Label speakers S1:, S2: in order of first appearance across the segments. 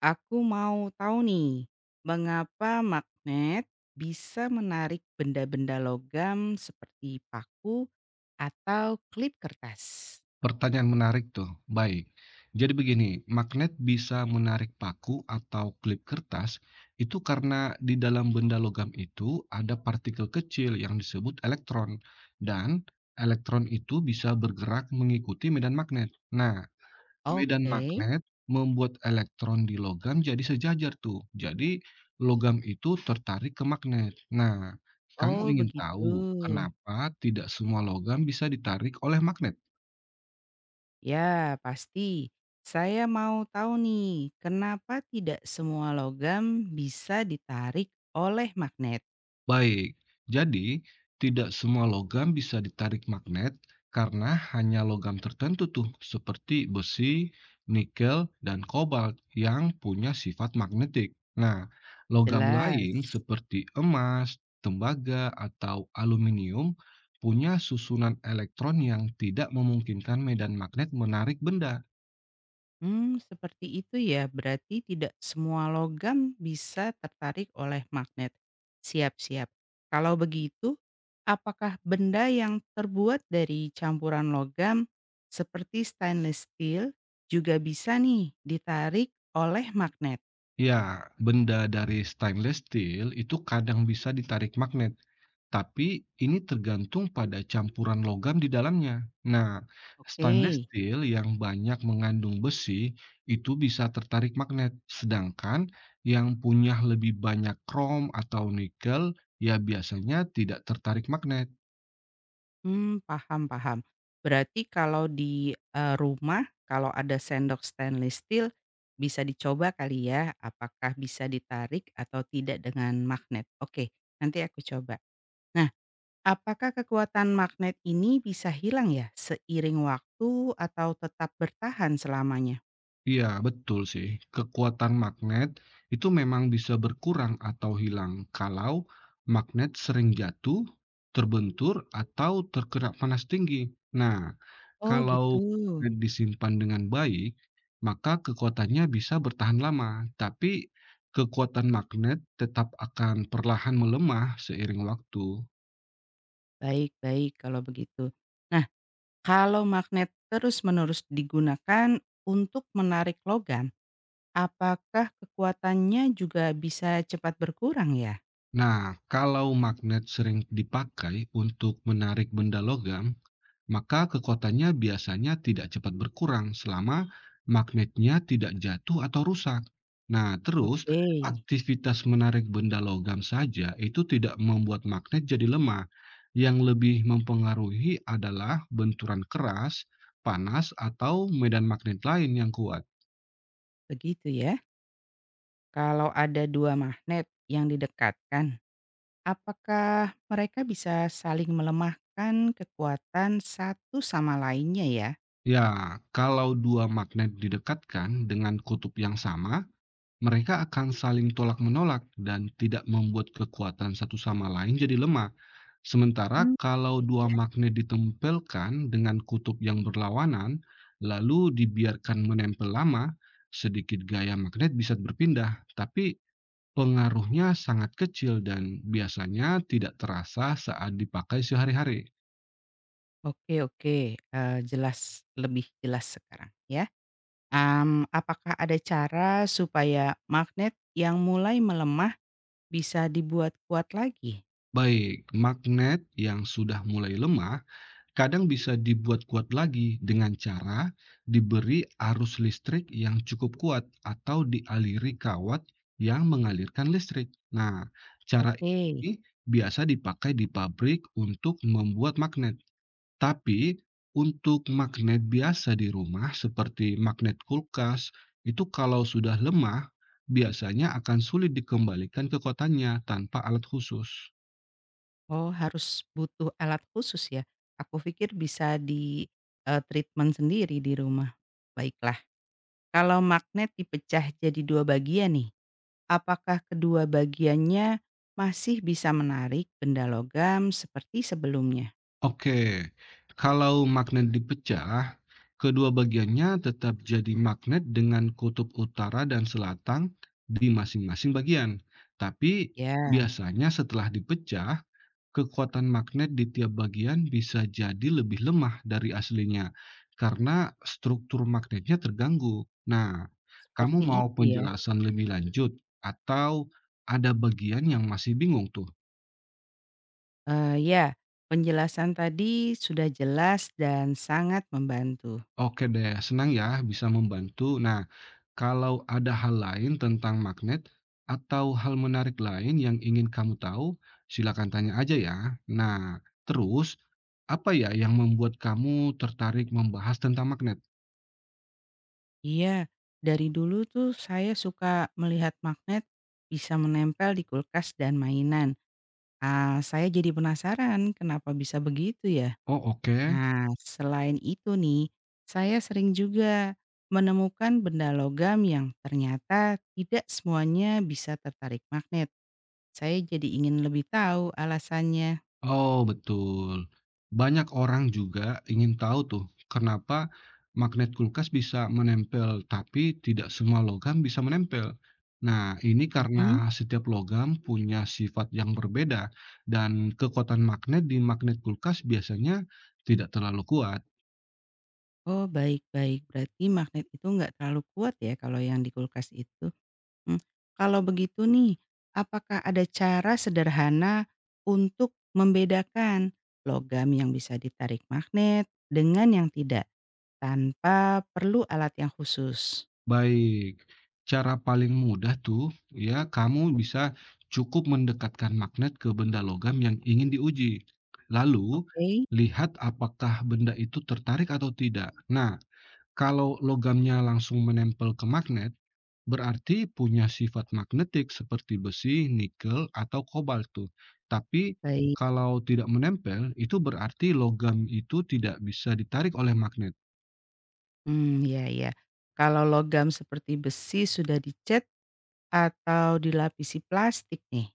S1: Aku mau tahu nih, mengapa magnet bisa menarik benda-benda logam seperti paku atau klip kertas?
S2: Pertanyaan menarik tuh. Baik. Jadi begini, magnet bisa menarik paku atau klip kertas itu karena di dalam benda logam itu ada partikel kecil yang disebut elektron, dan elektron itu bisa bergerak mengikuti medan magnet. Nah, medan
S1: Oke,
S2: magnet membuat elektron di logam jadi sejajar tuh. Jadi logam itu tertarik ke magnet. Nah, kamu
S1: oh
S2: ingin tahu
S1: begitu.
S2: kenapa tidak semua logam bisa ditarik oleh magnet?
S1: Ya, pasti. Saya mau tahu nih, kenapa tidak semua logam bisa ditarik oleh magnet?
S2: Baik, jadi tidak semua logam bisa ditarik magnet karena hanya logam tertentu tuh seperti besi, nikel, dan kobalt yang punya sifat magnetik. Nah, logam
S1: Jelas.
S2: lain seperti emas, tembaga, atau aluminium punya susunan elektron yang tidak memungkinkan medan magnet menarik benda.
S1: Hmm, seperti itu ya. Berarti tidak semua logam bisa tertarik oleh magnet. Siap siap. Kalau begitu, apakah benda yang terbuat dari campuran logam seperti stainless steel juga bisa nih ditarik oleh magnet?
S2: Ya, benda dari stainless steel itu kadang bisa ditarik magnet. Tapi ini tergantung pada campuran logam di dalamnya. Nah, stainless
S1: Oke.
S2: steel yang banyak mengandung besi itu bisa tertarik magnet, sedangkan yang punya lebih banyak krom atau nikel ya biasanya tidak tertarik magnet.
S1: Mmm, paham paham. Berarti kalau di, rumah, kalau ada sendok stainless steel, bisa dicoba kali ya, apakah bisa ditarik atau tidak dengan magnet? Oke, nanti aku coba. Nah, apakah kekuatan magnet ini bisa hilang ya seiring waktu atau tetap bertahan selamanya?
S2: Iya, betul sih. Kekuatan magnet itu memang bisa berkurang atau hilang kalau magnet sering jatuh, terbentur, atau terkena panas tinggi. Nah,
S1: Oh
S2: kalau
S1: gitu.
S2: magnet disimpan dengan baik, maka kekuatannya bisa bertahan lama. Tapi kekuatan magnet tetap akan perlahan melemah seiring waktu.
S1: Baik baik kalau begitu. Nah, kalau magnet terus-menerus digunakan untuk menarik logam, apakah kekuatannya juga bisa cepat berkurang ya?
S2: Nah, kalau magnet sering dipakai untuk menarik benda logam, maka kekuatannya biasanya tidak cepat berkurang selama magnetnya tidak jatuh atau rusak. Nah, terus
S1: Oke,
S2: aktivitas menarik benda logam saja itu tidak membuat magnet jadi lemah. Yang lebih mempengaruhi adalah benturan keras, panas, atau medan magnet lain yang kuat.
S1: begitu ya. Kalau ada dua magnet yang didekatkan, apakah mereka bisa saling melemahkan kekuatan satu sama lainnya ya?
S2: Ya, kalau dua magnet didekatkan dengan kutub yang sama, mereka akan saling tolak-menolak dan tidak membuat kekuatan satu sama lain jadi lemah. Sementara
S1: Hmm,
S2: kalau
S1: menarik
S2: dua
S1: ya.
S2: magnet ditempelkan dengan kutub yang berlawanan, lalu dibiarkan menempel lama, sedikit gaya magnet bisa berpindah, tapi pengaruhnya sangat kecil dan biasanya tidak terasa saat dipakai sehari-hari.
S1: Oke oke, jelas, lebih jelas sekarang ya. Apakah ada cara supaya magnet yang mulai melemah bisa dibuat kuat lagi?
S2: Baik, magnet yang sudah mulai lemah kadang bisa dibuat kuat lagi dengan cara diberi arus listrik yang cukup kuat atau dialiri kawat yang mengalirkan listrik. Nah, cara
S1: Oke.
S2: ini biasa dipakai di pabrik untuk membuat magnet. Tapi untuk magnet biasa di rumah seperti magnet kulkas, itu kalau sudah lemah biasanya akan sulit dikembalikan ke kotanya tanpa alat khusus.
S1: Oh, harus butuh alat khusus ya? Aku pikir bisa di, treatment sendiri di rumah. Baiklah, kalau magnet dipecah jadi 2 bagian nih, apakah kedua bagiannya masih bisa menarik benda logam seperti sebelumnya?
S2: Oke, kalau magnet dipecah, kedua bagiannya tetap jadi magnet dengan kutub utara dan selatan di masing-masing bagian. Tapi
S1: Ya,
S2: biasanya setelah dipecah, kekuatan magnet di tiap bagian bisa jadi lebih lemah dari aslinya karena struktur magnetnya terganggu. Nah, kamu
S1: seperti
S2: mau
S1: itu ya.
S2: penjelasan lebih lanjut atau ada bagian yang masih bingung tuh?
S1: Ya, penjelasan tadi sudah jelas dan sangat membantu.
S2: Oke deh, senang ya bisa membantu. Nah, kalau ada hal lain tentang magnet atau hal menarik lain yang ingin kamu tahu, silakan tanya aja ya. Nah, terus apa ya yang membuat kamu tertarik membahas tentang magnet?
S1: Iya, dari dulu tuh saya suka melihat magnet bisa menempel di kulkas dan mainan. Ah, saya jadi penasaran kenapa bisa begitu ya?
S2: Oh, oke.
S1: Nah, selain itu nih, saya sering juga menemukan benda logam yang ternyata tidak semuanya bisa tertarik magnet. Saya jadi ingin lebih tahu alasannya.
S2: Oh, betul. Banyak orang juga ingin tahu tuh kenapa magnet kulkas bisa menempel, tapi tidak semua logam bisa menempel. Nah, ini
S1: Mhm.
S2: karena setiap logam punya sifat yang berbeda dan kekuatan magnet di magnet kulkas biasanya tidak terlalu kuat.
S1: Oh, baik-baik. Berarti magnet itu nggak terlalu kuat ya kalau yang di kulkas itu? Mmm, kalau begitu nih, apakah ada cara sederhana untuk membedakan logam yang bisa ditarik magnet dengan yang tidak, tanpa perlu alat yang khusus?
S2: Baik, cara paling mudah tuh ya kamu bisa cukup mendekatkan magnet ke benda logam yang ingin diuji. Lalu,
S1: Oke,
S2: lihat apakah benda itu tertarik atau tidak. Nah, kalau logamnya langsung menempel ke magnet, berarti punya sifat magnetik seperti besi, nikel, atau kobalt tuh. Tapi
S1: baik.
S2: kalau tidak menempel, itu berarti logam itu tidak bisa ditarik oleh magnet.
S1: Hmm, ya ya. Kalau logam seperti besi sudah dicat atau dilapisi plastik nih,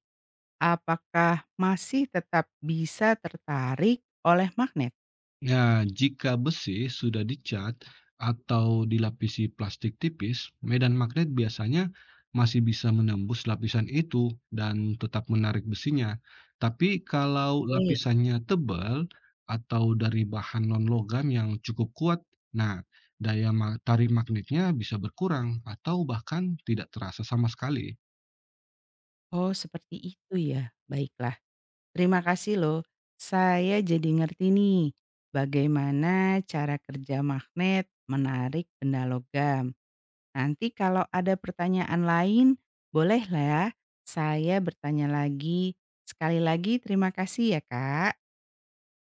S1: apakah masih tetap bisa tertarik oleh magnet?
S2: Nah, jika besi sudah dicat atau dilapisi plastik tipis, medan magnet biasanya masih bisa menembus lapisan itu dan tetap menarik besinya. Tapi kalau
S1: Oke.
S2: lapisannya tebal atau dari bahan non-logam yang cukup kuat, nah, daya tarik magnetnya bisa berkurang atau bahkan tidak terasa sama sekali.
S1: Oh, seperti itu ya, baiklah. Terima kasih loh, saya jadi ngerti nih bagaimana cara kerja magnet menarik benda logam. Nanti kalau ada pertanyaan lain, bolehlah ya saya bertanya lagi. Sekali lagi terima kasih ya Kak.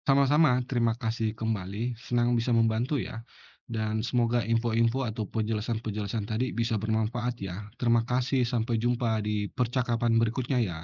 S2: Sama-sama, terima kasih kembali. Senang bisa membantu ya. Dan semoga info-info atau penjelasan-penjelasan tadi bisa bermanfaat ya. Terima kasih, sampai jumpa di percakapan berikutnya ya.